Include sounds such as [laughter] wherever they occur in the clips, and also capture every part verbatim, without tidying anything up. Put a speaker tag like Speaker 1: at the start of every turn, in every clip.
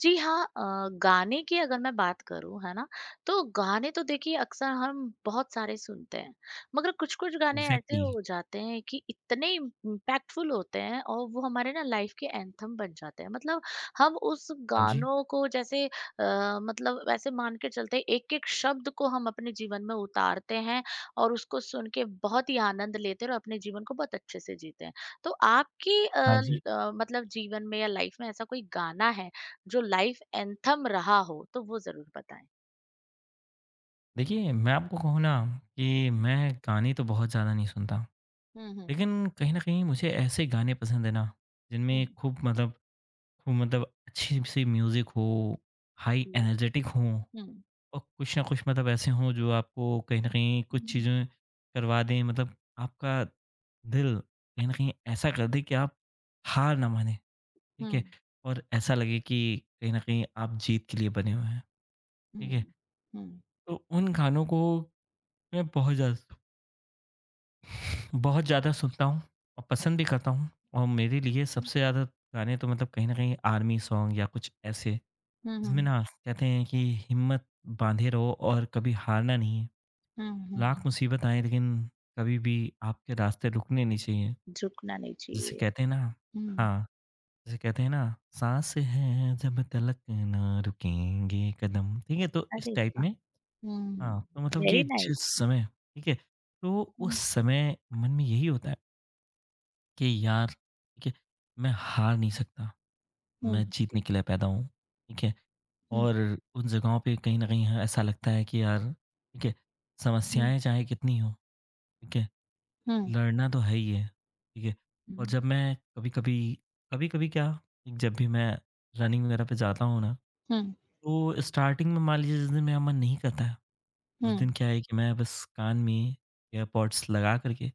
Speaker 1: जी हाँ अ, गाने की अगर मैं बात करूँ है ना, तो गाने तो देखिए अक्सर हम बहुत सारे सुनते हैं। मगर कुछ कुछ गाने ऐसे
Speaker 2: एग्ज़ैक्टली
Speaker 1: हो जाते हैं कि इतने इम्पैक्टफुल होते हैं, और वो हमारे ना लाइफ के एंथम बन जाते हैं, मतलब हम उस
Speaker 2: हाँ जी,
Speaker 1: गानों को जैसे, आ, मतलब वैसे मान के चलते हैं। एक एक शब्द को हम अपने जीवन में उतारते हैं और उसको सुन के बहुत ही आनंद लेते हैं, और अपने जीवन को बहुत अच्छे से जीते हैं। तो आपकी अ,
Speaker 2: हाँ जी।
Speaker 1: ल- अ, मतलब जीवन में या लाइफ में ऐसा कोई गाना है जो लाइफ एंथम रहा हो, तो वो ज़रूर बताएँ?
Speaker 2: देखिए, मैं आपको कहूँ ना कि
Speaker 1: हुँ,
Speaker 2: मैं गाने तो बहुत ज़्यादा नहीं सुनता,
Speaker 1: हुँ, हुँ,
Speaker 2: लेकिन कहीं न कहीं मुझे ऐसे गाने पसंद हैं ना,
Speaker 1: हुँ,
Speaker 2: जिनमें खूब मतलब खूब मतलब अच्छी-सी म्यूज़िक हो, हाई
Speaker 1: जी।
Speaker 2: एनर्जेटिक हों
Speaker 1: हुँ,
Speaker 2: और कुछ ना कुछ मतलब ऐसे हों जो आपको कहीं न कहीं कुछ
Speaker 1: हुँ,
Speaker 2: चीज़ें करवा दें मतलब आपका दिल कहीं न कहीं ऐसा कर दे कि आप हार ना मानें,
Speaker 1: हुँ,
Speaker 2: ठीक है? और ऐसा लगे कि कहीं न कहीं आप जीत के लिए बने हुए हैं, ठीक है?
Speaker 1: हुँ, हुँ,
Speaker 2: तो उन गानों को मैं बहुत ज़्यादा बहुत ज़्यादा सुनता हूँ और
Speaker 1: हुँ।
Speaker 2: पसंद भी करता हूँ और मेरे लिए सबसे ज़्यादा गाने तो मतलब कहीं न कहीं आर्मी सॉन्ग या कुछ ऐसे,
Speaker 1: हुँ,
Speaker 2: जिसमें
Speaker 1: हुँ,
Speaker 2: ना कहते हैं कि हिम्मत बाँधे रहो और कभी हारना नहीं है।
Speaker 1: हुँ,
Speaker 2: लाख
Speaker 1: हुँ।
Speaker 2: मुसीबत आएँ लेकिन कभी भी आपके रास्ते रुकने नहीं चाहिए।
Speaker 1: झुकना नहीं
Speaker 2: जिसे
Speaker 1: चाहिए।
Speaker 2: कहते हैं ना
Speaker 1: हुँ।
Speaker 2: हाँ, जिसे कहते हैं ना साँस है जब तलक ना रुकेंगे कदम, ठीक है? तो इस
Speaker 1: अरे
Speaker 2: टाइप
Speaker 1: वाह!
Speaker 2: में
Speaker 1: हुँ।
Speaker 2: हाँ, तो मतलब कि
Speaker 1: वेरी नाइस।
Speaker 2: जिस समय ठीक है, तो उस
Speaker 1: हुँ,
Speaker 2: समय मन में यही होता है कि यार ठीक है, मैं हार नहीं सकता,
Speaker 1: हुँ,
Speaker 2: मैं जीतने के लिए पैदा हूँ, ठीक है?
Speaker 1: हुँ,
Speaker 2: और उन जगहों पे कहीं न कहीं हाँ, ऐसा लगता है कि यार ठीक है,
Speaker 1: हुँ,
Speaker 2: समस्याएँ चाहे कितनी हों, ठीक है?
Speaker 1: हुँ,
Speaker 2: लड़ना तो है ही है, ठीक है? और
Speaker 1: हुँ,
Speaker 2: जब मैं कभी-कभी कभी-कभी क्या, ठीक, जब भी मैं रनिंग वगैरह पे जाता हूँ ना,
Speaker 1: हुँ,
Speaker 2: तो स्टार्टिंग में मान लीजिए जिस दिन मेरा मन नहीं करता है उस
Speaker 1: हुँ,
Speaker 2: दिन क्या है कि मैं बस कान में एयरपॉड्स लगा करके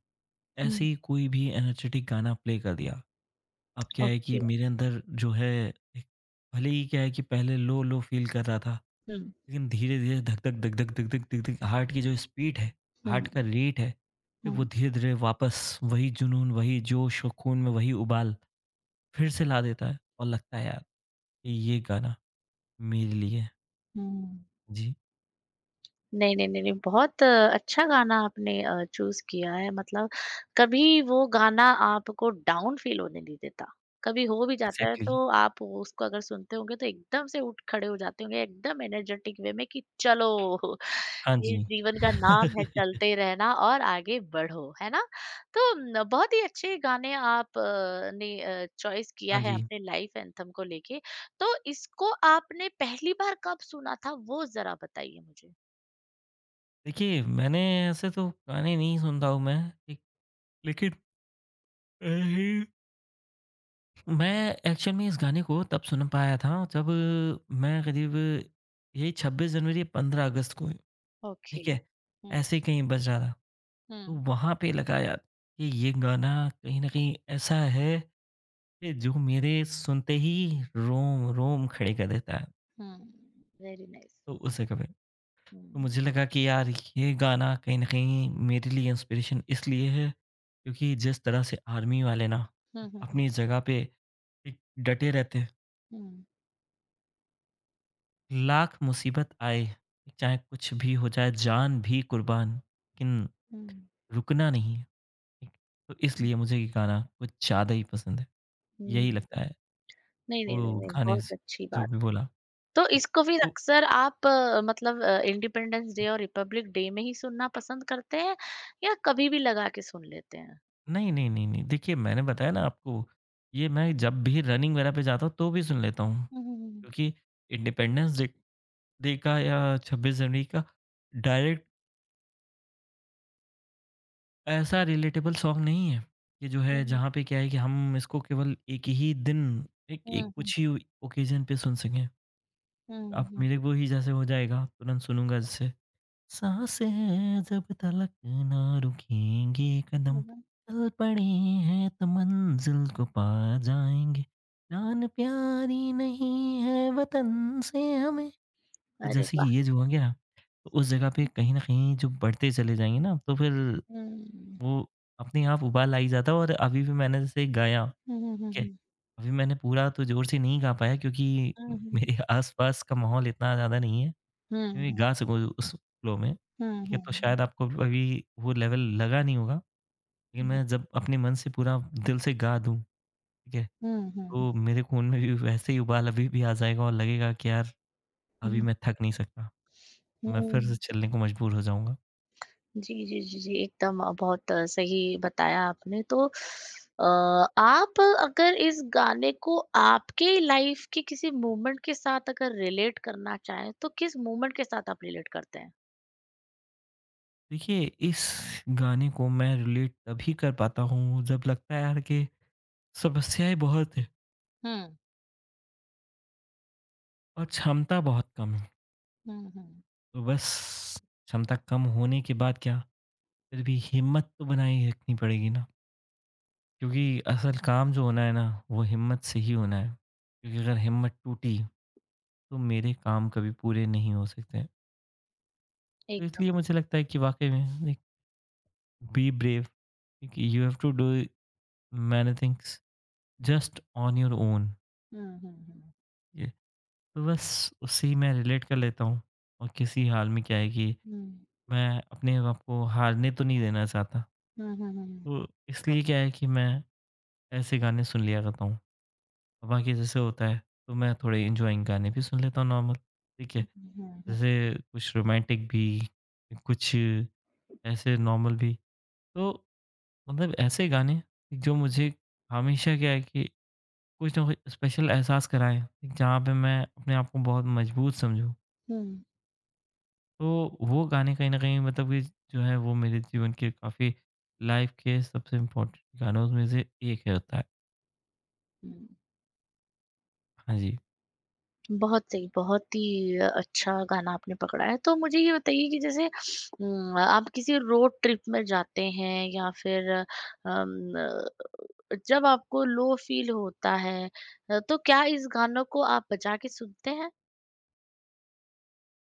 Speaker 2: ऐसे
Speaker 1: हुँ,
Speaker 2: ही कोई भी एनर्जेटिक गाना प्ले कर दिया। अब क्या है कि
Speaker 1: ओके।
Speaker 2: मेरे अंदर जो है एक भले ही क्या है कि पहले लो, लो फ़ील कर रहा था,
Speaker 1: हुँ,
Speaker 2: लेकिन धीरे-धीरे धक-धक, धक-धक, धक-धक, धक-धक हार्ट की जो स्पीड है,
Speaker 1: हुँ,
Speaker 2: हार्ट का रेट है, फिर वो
Speaker 1: हुँ,
Speaker 2: धीरे-धीरे वापस वही जुनून, वही जोश और खून में वही उबाल फिर से ला देता है और लगता है यार कि ये गाना मेरे लिए है।
Speaker 1: हुँ।
Speaker 2: जी,
Speaker 1: नहीं, नहीं, नहीं, नहीं, बहुत अ, अच्छा गाना आपने अ, चूज़ किया है, मतलब कभी वो गाना आपको डाउन फ़ील होने नहीं देता। कभी हो भी जाता है तो
Speaker 2: एग्ज़ैक्टली
Speaker 1: आप उसको अगर सुनते होंगे तो एकदम से उठ खड़े हो जाते होंगे, एकदम एनर्जेटिक वे में कि चलो। [laughs]
Speaker 2: हाँ
Speaker 1: ये
Speaker 2: जी।
Speaker 1: जीवन का नाम है
Speaker 2: [laughs]
Speaker 1: चलते रहना और आगे बढ़ो, है ना? तो न बहुत ही अच्छे गाने आप अ, ने अ, चॉइस किया
Speaker 2: हाँ
Speaker 1: है
Speaker 2: जी।
Speaker 1: अपने लाइफ एंथम को लेके। तो इसको आपने पहली बार कब सुना था, वो ज़रा बताइए मुझे?
Speaker 2: देखिए, मैंने ऐसे तो गाने नहीं सुनता हूँ मैं, ठीक, लेकिन अ, ही मैं एक्चुअल में इस गाने को तब सुन पाया था जब मैं करीब यही छब्बीस जनवरी या पंद्रह अगस्त को,
Speaker 1: ओके।
Speaker 2: ठीक है,
Speaker 1: हुँ,
Speaker 2: ऐसे ही कहीं बज रहा था। तो
Speaker 1: हुँ,
Speaker 2: वहाँ पे लगा यार कि ये गाना कहीं न कहीं ऐसा है कि जो मेरे सुनते ही रोम-रोम खड़े कर देता है।
Speaker 1: हुँ। Very nice.
Speaker 2: तो उस जगह पे तो
Speaker 1: हुँ,
Speaker 2: मुझे लगा कि यार ये गाना कहीं न कहीं मेरे लिए इंस्पिरेशन इसलिए है, क्योंकि जिस तरह से आर्मी वाले ना
Speaker 1: हुँ, हुँ, हुँ,
Speaker 2: अपनी जगह पे एक डटे रहते हैं,
Speaker 1: हुँ,
Speaker 2: लाख मुसीबत आए, चाहे कुछ भी हो जाए, जान भी कुर्बान, लेकिन
Speaker 1: हुँ,
Speaker 2: रुकना नहीं है। ठीक, तो इसलिए मुझे ये गाना कुछ ज़्यादा ही पसंद है। यही
Speaker 1: हुँ।
Speaker 2: लगता है,
Speaker 1: नहीं, नहीं, नहीं,
Speaker 2: वो
Speaker 1: नहीं,
Speaker 2: गाने
Speaker 1: बहुत
Speaker 2: से
Speaker 1: अच्छी
Speaker 2: जो
Speaker 1: बात
Speaker 2: भी
Speaker 1: है।
Speaker 2: बोला।
Speaker 1: तो इसको फिर
Speaker 2: तो
Speaker 1: अक्सर आप अ, मतलब अ, इंडिपेंडेंस डे और रिपब्लिक डे में ही सुनना पसंद करते हैं, या कभी भी लगा के सुन लेते हैं?
Speaker 2: नहीं, नहीं, नहीं, नहीं, देखिए मैंने बताया ना आपको, ये मैं जब भी रनिंग वगैरह पे जाता हूँ तो भी सुन लेता हूँ।
Speaker 1: हुँ, हुँ,
Speaker 2: क्योंकि इंडिपेंडेंस डे डे का या छब्बीस जनवरी का डायरेक्ट ऐसा रिलेटेबल सॉन्ग नहीं है कि जो है
Speaker 1: हुँ,
Speaker 2: जहाँ पे क्या है कि हम इसको केवल एक ही दिन एक
Speaker 1: हुँ,
Speaker 2: एक
Speaker 1: हुँ, हुँ,
Speaker 2: कुछ ही ओकेजन पे सुन सकें। आप
Speaker 1: हुँ,
Speaker 2: मेरे को ही जैसे हो जाएगा तुरंत सुनूँगा जैसे साँसें जब तलक ना रुकेंगे कदम
Speaker 1: हुँ, हुँ,
Speaker 2: चल पड़े हैं तो मंज़िल को पा जाएँगे जान प्यारी नहीं है वतन से हमें तो
Speaker 1: अरे
Speaker 2: जैसे कि
Speaker 1: वाह!
Speaker 2: ये जो होंगे ना, तो उस जगह पे
Speaker 1: हुँ,
Speaker 2: कहीं न कहीं जो बढ़ते चले जाएँगे ना, तो फिर
Speaker 1: हुँ,
Speaker 2: वो अपने आप उबाल आ ही जाता है और अभी भी मैंने जैसे गाया,
Speaker 1: हुँ, हुँ, हुँ,
Speaker 2: ठीक है?
Speaker 1: हुँ,
Speaker 2: अभी मैंने पूरा तो ज़ोर से नहीं गा पाया क्योंकि
Speaker 1: हुँ,
Speaker 2: मेरे [laughs] आस-पास का माहौल इतना ज़्यादा नहीं है कि मैं
Speaker 1: हुँ,
Speaker 2: गा सकूँ उस फ़्लो में,
Speaker 1: हुँ, हुँ,
Speaker 2: ठीक है?
Speaker 1: हुँ,
Speaker 2: तो
Speaker 1: हुँ, हुँ,
Speaker 2: शायद आपको अभी वो लेवल लगा नहीं होगा, लेकिन
Speaker 1: हुँ,
Speaker 2: मैं जब अपने मन से पूरा दिल से गा दूँ, ठीक है?
Speaker 1: हुँ, हुँ, हुँ,
Speaker 2: तो मेरे खून में भी वैसे ही उबाल अभी भी आ जाएगा और लगेगा कि यार, अभी
Speaker 1: हुँ,
Speaker 2: मैं थक नहीं सकता। मैं फिर से
Speaker 1: हुँ।
Speaker 2: चलने को मजबूर हो जाऊँगा।
Speaker 1: जी, जी, जी, जी, एकदम अ, बहुत अ, सही बताया आपने। तो अ, आप अगर इस गाने को आपके लाइफ के किसी मोमेंट के साथ अगर रिलेट करना चाहें, तो किस मोमेंट के साथ आप रिलेट करते हैं?
Speaker 2: देखिए, इस गाने को मैं रिलेट तभी कर पाता हूँ जब लगता है यार कि समस्याएँ बहुत हैं
Speaker 1: हुँ,
Speaker 2: और क्षमता बहुत कम है।
Speaker 1: हुँ, हुँ।
Speaker 2: तो बस क्षमता कम होने के बाद क्या फिर भी हिम्मत तो बनाए ही रखनी पड़ेगी ना, क्योंकि असल काम जो होना है ना वो हिम्मत से ही होना है। क्योंकि अगर हिम्मत टूटी तो मेरे काम कभी पूरे नहीं हो सकते हैं। तो
Speaker 1: एकदम।
Speaker 2: इसलिए मुझे लगता है कि वाक़ई में एक बी ब्रेव, एक you have to do many things just on your own.
Speaker 1: हुँ, हुँ, हुँ।
Speaker 2: तो बस उसी में रिलेट कर लेता हूँ और किसी हाल में क्या है कि
Speaker 1: हुँ।
Speaker 2: मैं अपने आप को हारने तो नहीं देना चाहता
Speaker 1: हुँ, हुँ, हुँ,
Speaker 2: तो इसलिए क्या है कि मैं ऐसे गाने सुन लिया करता हूँ और बाकी जैसे होता है तो मैं थोड़े इंजॉइंग गाने भी सुन लेता हूँ नॉर्मल ठीक है
Speaker 1: हुँ, हुँ,
Speaker 2: जैसे कुछ रोमांटिक भी कुछ ऐसे नॉर्मल भी तो मतलब ऐसे गाने जो मुझे हमेशा क्या है कि कुछ ना कुछ स्पेशल एहसास कराएं जहाँ पे मैं अपने आप को बहुत मजबूत समझूँ
Speaker 1: हुँ,
Speaker 2: तो वो गाने कहीं न कहीं मतलब कि जो है वो मेरे जीवन के काफ़ी लाइफ़ के सबसे इम्पोर्टेंट गानों में से एक है होता है।
Speaker 1: हुँ।
Speaker 2: हाँ जी।
Speaker 1: बहुत सही, बहुत ही अच्छा गाना आपने पकड़ा है। तो मुझे ये बताइए कि जैसे, उम, आप किसी रोड ट्रिप में जाते हैं, या फिर अम जब आपको लो फील होता है, अ, तो क्या इस गानों को आप बजा के सुनते हैं?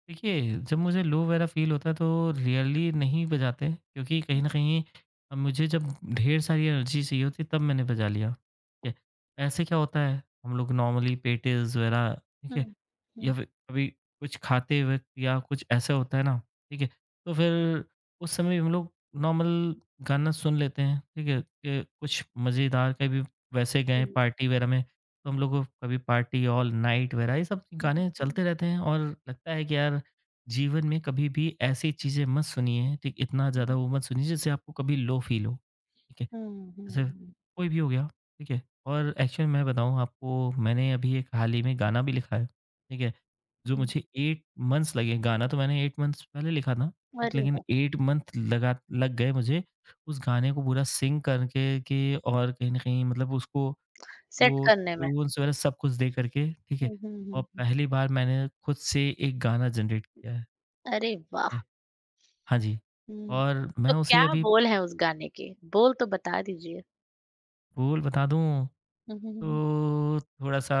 Speaker 2: देखिए, जब मुझे लो वगैरह फ़ील होता है तो रियली नहीं बजाते क्योंकि
Speaker 1: हुँ,
Speaker 2: कहीं न कहीं अब मुझे जब ढेर सारी एनर्जी चाहिए होती है तब मैंने बजा लिया, ठीक है। ऐसे क्या होता है हम लोग नॉर्मली पेटीज़ वगैरह ठीक है
Speaker 1: हुँ, हुँ।
Speaker 2: या फिर कभी कुछ खाते वक़्त या कुछ ऐसा होता है ना, ठीक है। तो फिर उस समय हम लोग नॉर्मल गाना सुन लेते हैं, ठीक है। कि कुछ मज़ेदार कभी वैसे
Speaker 1: जी।
Speaker 2: गए पार्टी वगैरह में तो हम लोग को कभी पार्टी ऑल नाइट वगैरह ये सब
Speaker 1: हुँ,
Speaker 2: गाने
Speaker 1: हुँ,
Speaker 2: चलते रहते हैं और लगता है कि यार जीवन में कभी भी ऐसी चीज़ें मत सुनिए ठीक इतना ज़्यादा
Speaker 1: हुँ,
Speaker 2: वो मत सुनिए जिससे आपको कभी लो फील हो ठीक है
Speaker 1: हुँ,
Speaker 2: जैसे
Speaker 1: हुँ,
Speaker 2: कोई भी हो गया ठीक है और एक्चुअली मैं बताऊँ आपको मैंने अभी एक हाल ही में गाना भी लिखा है ठीक है जो
Speaker 1: हुँ।
Speaker 2: मुझे एट मंथ्स लगे गाना तो मैंने एट मंथ्स पहले लिखा था ठीक
Speaker 1: अरे
Speaker 2: लेकिन
Speaker 1: वाह!
Speaker 2: एट मंथ लगा लग गए मुझे उस गाने को पूरा सिंग करके के और कहीं ना कहीं मतलब उसको
Speaker 1: सेट
Speaker 2: वो
Speaker 1: करने में।
Speaker 2: ट्यून्स वगैरह सब कुछ दे कर के, ठीक है?
Speaker 1: हुँ, हुँ,
Speaker 2: और
Speaker 1: हुँ, हुँ।
Speaker 2: पहली बार मैंने खुद से एक गाना जनरेट किया है।
Speaker 1: अरे वाह!
Speaker 2: है हाँ जी।
Speaker 1: हुँ।
Speaker 2: और मैं
Speaker 1: तो
Speaker 2: उसे
Speaker 1: क्या
Speaker 2: अभी
Speaker 1: बोल हैं उस गाने के? बोल तो बता दीजिए।
Speaker 2: बोल बता दूँ
Speaker 1: हुँ, हुँ, हुँ,
Speaker 2: तो थोड़ा-सा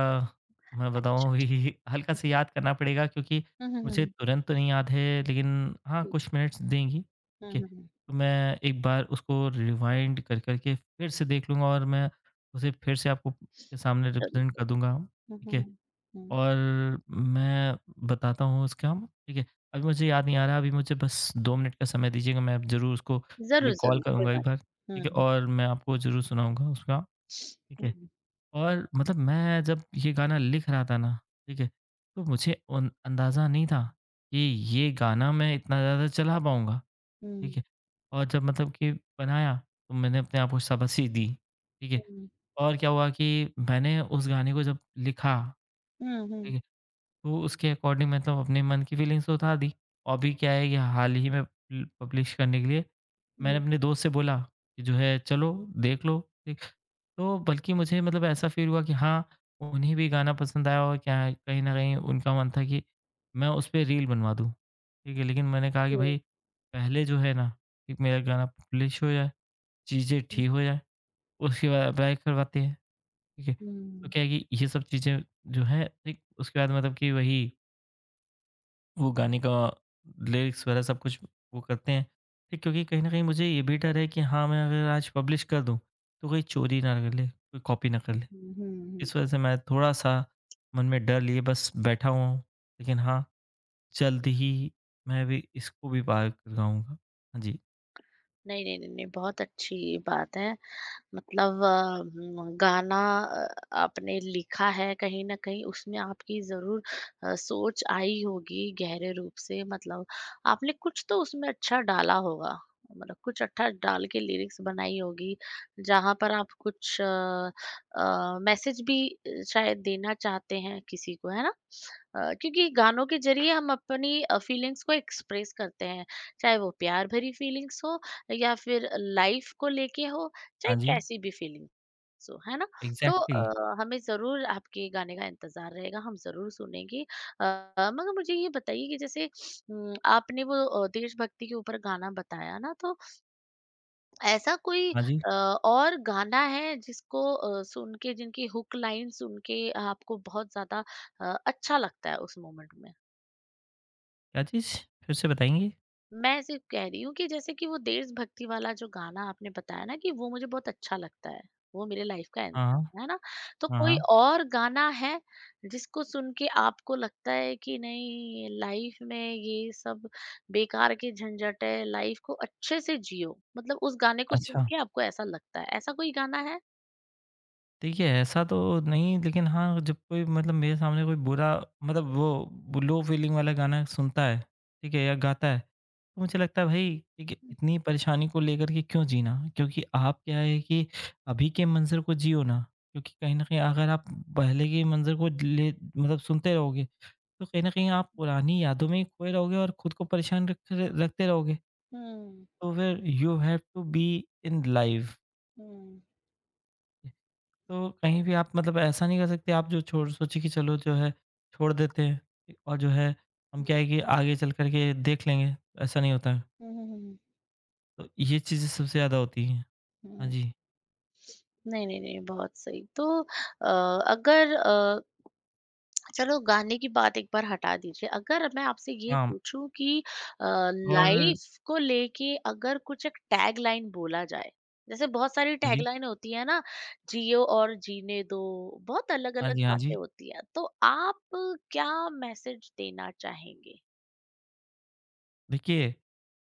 Speaker 2: मैं
Speaker 1: अच्छा,
Speaker 2: बताऊँ
Speaker 1: ठीक।
Speaker 2: [laughs] हल्का से याद करना पड़ेगा क्योंकि
Speaker 1: हुँ। हुँ, हुँ,
Speaker 2: मुझे
Speaker 1: हुँ।
Speaker 2: तुरंत तो नहीं याद है लेकिन हाँ,
Speaker 1: ठीक।
Speaker 2: कुछ मिनट्स देंगी,
Speaker 1: हुँ,
Speaker 2: ठीक है?
Speaker 1: हुँ, हुँ।
Speaker 2: तो मैं एक बार उसको रिवाइंड कर कर के फिर से देख लूँगा और मैं उसे फिर से आपको के सामने
Speaker 1: ज़रूर,
Speaker 2: रिप्रेज़ेंट कर
Speaker 1: ज़रूर।
Speaker 2: दूँगा, ठीक
Speaker 1: हुँ, हुँ,
Speaker 2: है?
Speaker 1: हुँ, हुँ।
Speaker 2: और मैं बताता हूँ उसका ठीक है? अभी मुझे याद नहीं आ रहा है, अभी मुझे बस दो मिनट का समय दीजिएगा, मैं ज़रूर उसको
Speaker 1: ज़रूर,
Speaker 2: रिकॉल
Speaker 1: ज़रूर, कोई
Speaker 2: करूँगा एक
Speaker 1: बात।
Speaker 2: बार, ठीक
Speaker 1: हुँ,
Speaker 2: है?
Speaker 1: हुँ,
Speaker 2: और मैं आपको ज़रूर सुनाऊँगा उसका, ठीक है?
Speaker 1: हुँ,
Speaker 2: और मतलब मैं जब ये गाना लिख रहा था ना, ठीक है? तो मुझे उन अंदाज़ा नहीं था कि ये गाना मैं इतना ज़्यादा चला पाऊँगा, ठीक
Speaker 1: हुँ,
Speaker 2: है? और जब मतलब कि बनाया, तो मैंने अपने आप को शाबाशी दी, ठीक है?
Speaker 1: हुँ,
Speaker 2: और क्या हुआ कि मैंने उस गाने को जब लिखा,
Speaker 1: हुँ,
Speaker 2: ठीक
Speaker 1: हुँ,
Speaker 2: है? तो उसके अकॉर्डिंग मतलब अपने मन की फीलिंग्स उठा दी। और अभी क्या है कि हाल ही में ल पब्लिश करने के लिए मैंने
Speaker 1: हुँ।
Speaker 2: अपने दोस्त से बोला कि जो है चलो देख लो, ठीक। तो बल्कि मुझे मतलब ऐसा फ़ील हुआ कि हाँ, उन्हें भी गाना पसंद आया और क्या है कहीं न कहीं उनका मन था कि मैं उस पे रील बनवा दूँ, ठीक है। लेकिन मैंने कहा कि
Speaker 1: जी।
Speaker 2: भई पहले जो है ना कि मेरा गाना पब्लिश हो जाए, चीज़ें ठीक हो जाए, उसके बाद अप्लाई करवाते हैं, ठीक है। तो
Speaker 1: हुँ।
Speaker 2: क्या है कि ये सब चीज़ें जो हैं, ठीक उसके बाद मतलब कि वही वो गाने का लिरिक्स वगैरह सब कुछ वो करते हैं। ठीक, क्योंकि कहीं न कहीं मुझे ये भी डर है कि हाँ, मैं अगर आज पब्लिश कर दूँ, तो कोई चोरी ना कर ले, कोई कॉपी ना कर ले।
Speaker 1: हुँ, हुँ, हुँ।
Speaker 2: इस वज़ह से मैं थोड़ा-सा मन में डर लिए बस बैठा हुआ हूँ। लेकिन हाँ, जल्द ही मैं भी इसको भी पार कर जाऊँगा। हाँ जी।
Speaker 1: नहीं, नहीं, नहीं, नहीं, बहुत अच्छी बात है। मतलब अ, गाना अ, आपने लिखा है, कहीं न कहीं उसमें आपकी ज़रूर अ, सोच आई होगी गहरे रूप से, मतलब आपने कुछ तो उसमें अच्छा डाला होगा। मतलब कुछ अच्छा डाल के लिरिक्स बनाई होगी, जहाँ पर आप कुछ अ अ, मैसेज भी अ, शायद देना चाहते हैं किसी को, है ना? अ, क्योंकि गानों के ज़रिए हम अपनी अ, फीलिंग्स को एक्सप्रेस करते हैं, चाहे वो प्यार भरी फीलिंग्स हो, या फिर लाइफ़ को लेके हो, चाहे
Speaker 2: हाँ जी,
Speaker 1: कैसी भी फीलिंग, सो है ना। तो
Speaker 2: एग्ज़ैक्टली।
Speaker 1: अ, हमें जरूर आपके गाने का इंतजार रहेगा, हम जरूर सुनेंगे। अ, मगर मुझे ये बताइए कि जैसे हम्म, आपने वो अ, देशभक्ति के ऊपर गाना बताया ना, तो ऐसा कोई
Speaker 2: हाँ जी,
Speaker 1: अ, और गाना है जिसको अ, सुन के, जिनकी हुक लाइन सुन के आपको बहुत ज्यादा अ, अच्छा लगता है उस मोमेंट में।
Speaker 2: क्या चीज़? फिर से बताएँगी?
Speaker 1: मैं सिर्फ कह रही हूँ कि जैसे कि वो देशभक्ति वाला जो गाना आपने बताया ना, कि वो मुझे बहुत अच्छा लगता है। वो मेरे लाइफ का
Speaker 2: हाँ, हाँ।
Speaker 1: एंथम है ना? तो
Speaker 2: हाँ,
Speaker 1: कोई
Speaker 2: हाँ।
Speaker 1: और गाना है जिसको सुन के आपको लगता है कि नहीं, लाइफ में ये सब बेकार के झंझट है, लाइफ को अच्छे से जियो। मतलब उस गाने को सुन
Speaker 2: अच्छा।
Speaker 1: के आपको ऐसा लगता है, ऐसा कोई गाना है?
Speaker 2: देखिए, ऐसा तो नहीं लेकिन हाँ, जब कोई मतलब मेरे सामने कोई बुरा मतलब वो ब लो फ़ीलिंग वाला गाना सुनता है, ठीक है? या गाता है, तो मुझे लगता है भाई ठीक है,
Speaker 1: हुँ,
Speaker 2: इतनी परेशानी को लेकर के क्यों जीना? क्योंकि आप क्या है कि अभी के मंज़र को जियो ना, क्योंकि कहीं न कहीं अगर आप पहले के मंज़र को ले मतलब सुनते रहोगे, तो कहीं न कहीं आप पुरानी यादों में ही खोए रहोगे और खुद को परेशान रख रखते रहोगे।
Speaker 1: हुँ,
Speaker 2: तो फिर you have to be in life.
Speaker 1: हुँ।
Speaker 2: तो कहीं भी आप मतलब ऐसा नहीं कर सकते आप जो छोड़ सोचिए कि चलो जो है छोड़ देते हैं ठीक, और जो है हम क्या
Speaker 1: हुँ।
Speaker 2: है कि आगे चल कर के देख लेंगे, ऐसा नहीं होता है।
Speaker 1: हुँ, हुँ, हुँ,
Speaker 2: तो ये चीज़ें सबसे ज़्यादा होती हैं।
Speaker 1: हुँ,
Speaker 2: हाँ
Speaker 1: हुँ।
Speaker 2: जी,
Speaker 1: नहीं, नहीं, नहीं, बहुत सही। तो अ, अगर अ चलो गाने की बात एक बार हटा दीजिए। अगर मैं आपसे ये
Speaker 2: हाँ
Speaker 1: पूछूँ कि अ,
Speaker 2: और
Speaker 1: लाइफ को लेके अगर कुछ एक टैगलाइन बोला जाए, जैसे बहुत सारी
Speaker 2: हाँ जी,
Speaker 1: टैगलाइन होती है ना, जियो और जीने दो, बहुत
Speaker 2: हाँ
Speaker 1: अलग-अलग
Speaker 2: जी, हाँ जी।
Speaker 1: बातें होती हैं। तो आप क्या मैसेज देना चाहेंगे?
Speaker 2: देखिए,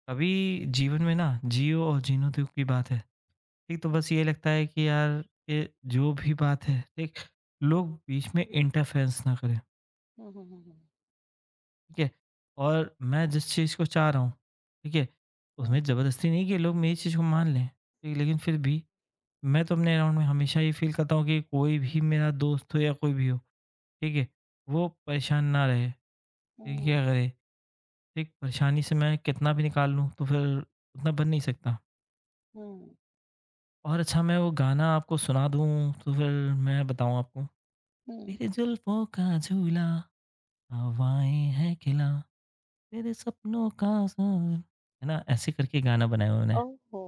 Speaker 2: कभी जीवन में ना जियो और जीने दो की बात है, ठीक? तो बस ये लगता है कि यार ये जो भी बात है, ठीक? लोग बीच में इंटरफेरेंस ना करें।
Speaker 1: हुँ, हुँ, हुँ, हुँ।
Speaker 2: ठीक है? और मैं जिस चीज़ को चाह रहा हूँ, ठीक है?
Speaker 1: हुँ,
Speaker 2: उसमें ज़बरदस्ती नहीं कि लोग मेरी चीज़ को मान लें, ठीक है? लेकिन फिर भी मैं तो अपने अराउंड में हमेशा ये फ़ील करता हूँ कि कोई भी मेरा दोस्त हो या कोई भी हो, ठीक है? वो परेशान ना रहे, ठीक है?
Speaker 1: हुँ,
Speaker 2: क्या करे, ठीक परेशानी से मैं कितना भी निकाल लूँ तो फिर उतना बन नहीं सकता।
Speaker 1: हुँ,
Speaker 2: और अच्छा मैं वो गाना आपको सुना दूँ तो फिर मैं बताऊँ आपको
Speaker 1: हुँ।
Speaker 2: तेरे जुल्फ़ों का झूला, हवाएँ हैं खिला तेरे सपनों का साथ है ना? ऐसे करके गाना बनाया उन्होंने।
Speaker 1: ओहो!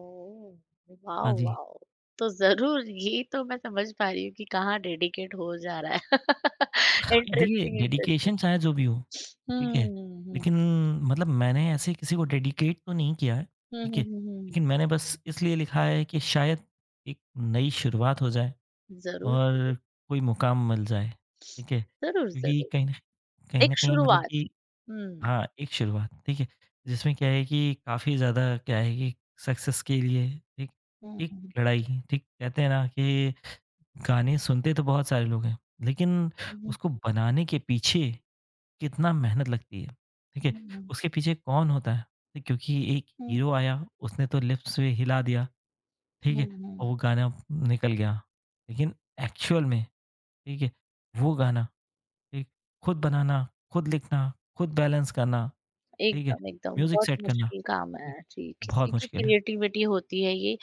Speaker 2: हाँ
Speaker 1: वाओ,
Speaker 2: जी।
Speaker 1: वाओ! तो ज़रूर ये तो मैं समझ पा रही हूँ कि कहाँ डेडिकेट हो जा रहा है। [laughs]
Speaker 2: देखिए
Speaker 1: इंटरेस्टिंग, इंटरेस्टिंग।
Speaker 2: डेडिकेशन चाहे जो भी हो,
Speaker 1: हुँ,
Speaker 2: ठीक है?
Speaker 1: हुँ, हुँ।
Speaker 2: लेकिन मतलब मैंने ऐसे किसी को डेडिकेट तो नहीं किया है,
Speaker 1: हुँ,
Speaker 2: ठीक है?
Speaker 1: हुँ, हुँ, हुँ।
Speaker 2: लेकिन मैंने बस इसलिए लिखा है कि शायद एक नई शुरुआत हो जाए
Speaker 1: ज़रूर,
Speaker 2: और
Speaker 1: ज़रूर।
Speaker 2: कोई मुकाम मिल जाए, ठीक है?
Speaker 1: ज़रूर,
Speaker 2: क्योंकि
Speaker 1: ज़रूर।
Speaker 2: कहीं न कहीं न
Speaker 1: एक
Speaker 2: कहीं मतलब
Speaker 1: शुरुआत।
Speaker 2: कि
Speaker 1: हुँ।
Speaker 2: हाँ, एक शुरुआत, ठीक है? जिसमें क्या है कि काफ़ी ज़्यादा क्या है कि सक्सेस के लिए एक
Speaker 1: हुँ,
Speaker 2: एक
Speaker 1: हुँ।
Speaker 2: लड़ाई, ठीक? कहते हैं ना कि गाने सुनते तो बहुत सारे लोग हैं, लेकिन
Speaker 1: हुँ,
Speaker 2: उसको बनाने के पीछे कितना मेहनत लगती है, ठीक है?
Speaker 1: हुँ,
Speaker 2: उसके पीछे कौन होता है? ठीक, क्योंकि एक
Speaker 1: हुँ,
Speaker 2: हीरो आया, उसने तो लिप्स से हिला दिया, ठीक
Speaker 1: हुँ,
Speaker 2: है? और
Speaker 1: हुँ।
Speaker 2: वो गाना निकल गया, लेकिन एक्चुअल में, ठीक है, वो गाना, ठीक, खुद बनाना, खुद लिखना, खुद बैलेंस करना, ठीक है?
Speaker 1: एकदम, एकदम।
Speaker 2: म्यूज़िक
Speaker 1: बहुत
Speaker 2: सेट करना,
Speaker 1: मुश्किल काम
Speaker 2: ठीक,
Speaker 1: है। जी, किसी
Speaker 2: बहुत
Speaker 1: की
Speaker 2: मुश्किल है।
Speaker 1: क्रिएटिविटी होती है ये,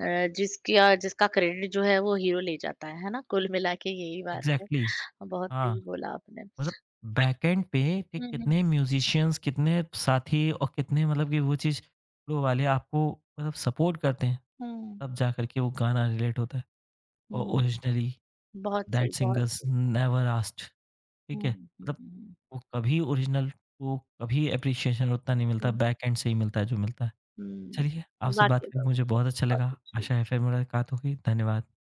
Speaker 1: अ, जिसका जिसका क्रेडिट जो है वो हीरो ले जाता है, है ना? कुल मिला के यही बात है।
Speaker 2: एग्ज़ैक्टली,
Speaker 1: बहुत
Speaker 2: हाँ।
Speaker 1: सही बोला आपने।
Speaker 2: मतलब बैकएंड पे कि
Speaker 1: हुँ, हुँ।
Speaker 2: कितने म्यूजिशियंस, कितने साथी और कितने मतलब कि वो चीज़ फ्लो वाले आपको मतलब सपोर्ट करते हैं,
Speaker 1: हुँ,
Speaker 2: तब जा कर के वो गाना रिलेट होता है। और
Speaker 1: हुँ।
Speaker 2: ओरिजिनली
Speaker 1: बहुत सही,
Speaker 2: दैट
Speaker 1: बहुत
Speaker 2: सिंगर्स
Speaker 1: सही।
Speaker 2: नेवर आस्क्ड ठीक
Speaker 1: हुँ,
Speaker 2: है?
Speaker 1: हुँ,
Speaker 2: मतलब
Speaker 1: हुँ,
Speaker 2: वो कभी ओरिजिनल को कभी एप्रिसिएशन उतना नहीं मिलता,
Speaker 1: हुँ।
Speaker 2: बैकएंड से ही मिलता है जो मिलता है।
Speaker 1: हुँ,
Speaker 2: चलिए, आपसे बात
Speaker 1: वाक़ई
Speaker 2: करके
Speaker 1: में
Speaker 2: मुझे बहुत अच्छा
Speaker 1: बहुत
Speaker 2: लगा।
Speaker 1: अच्छी।
Speaker 2: आशा है फिर मुलाकात होगी। धन्यवाद।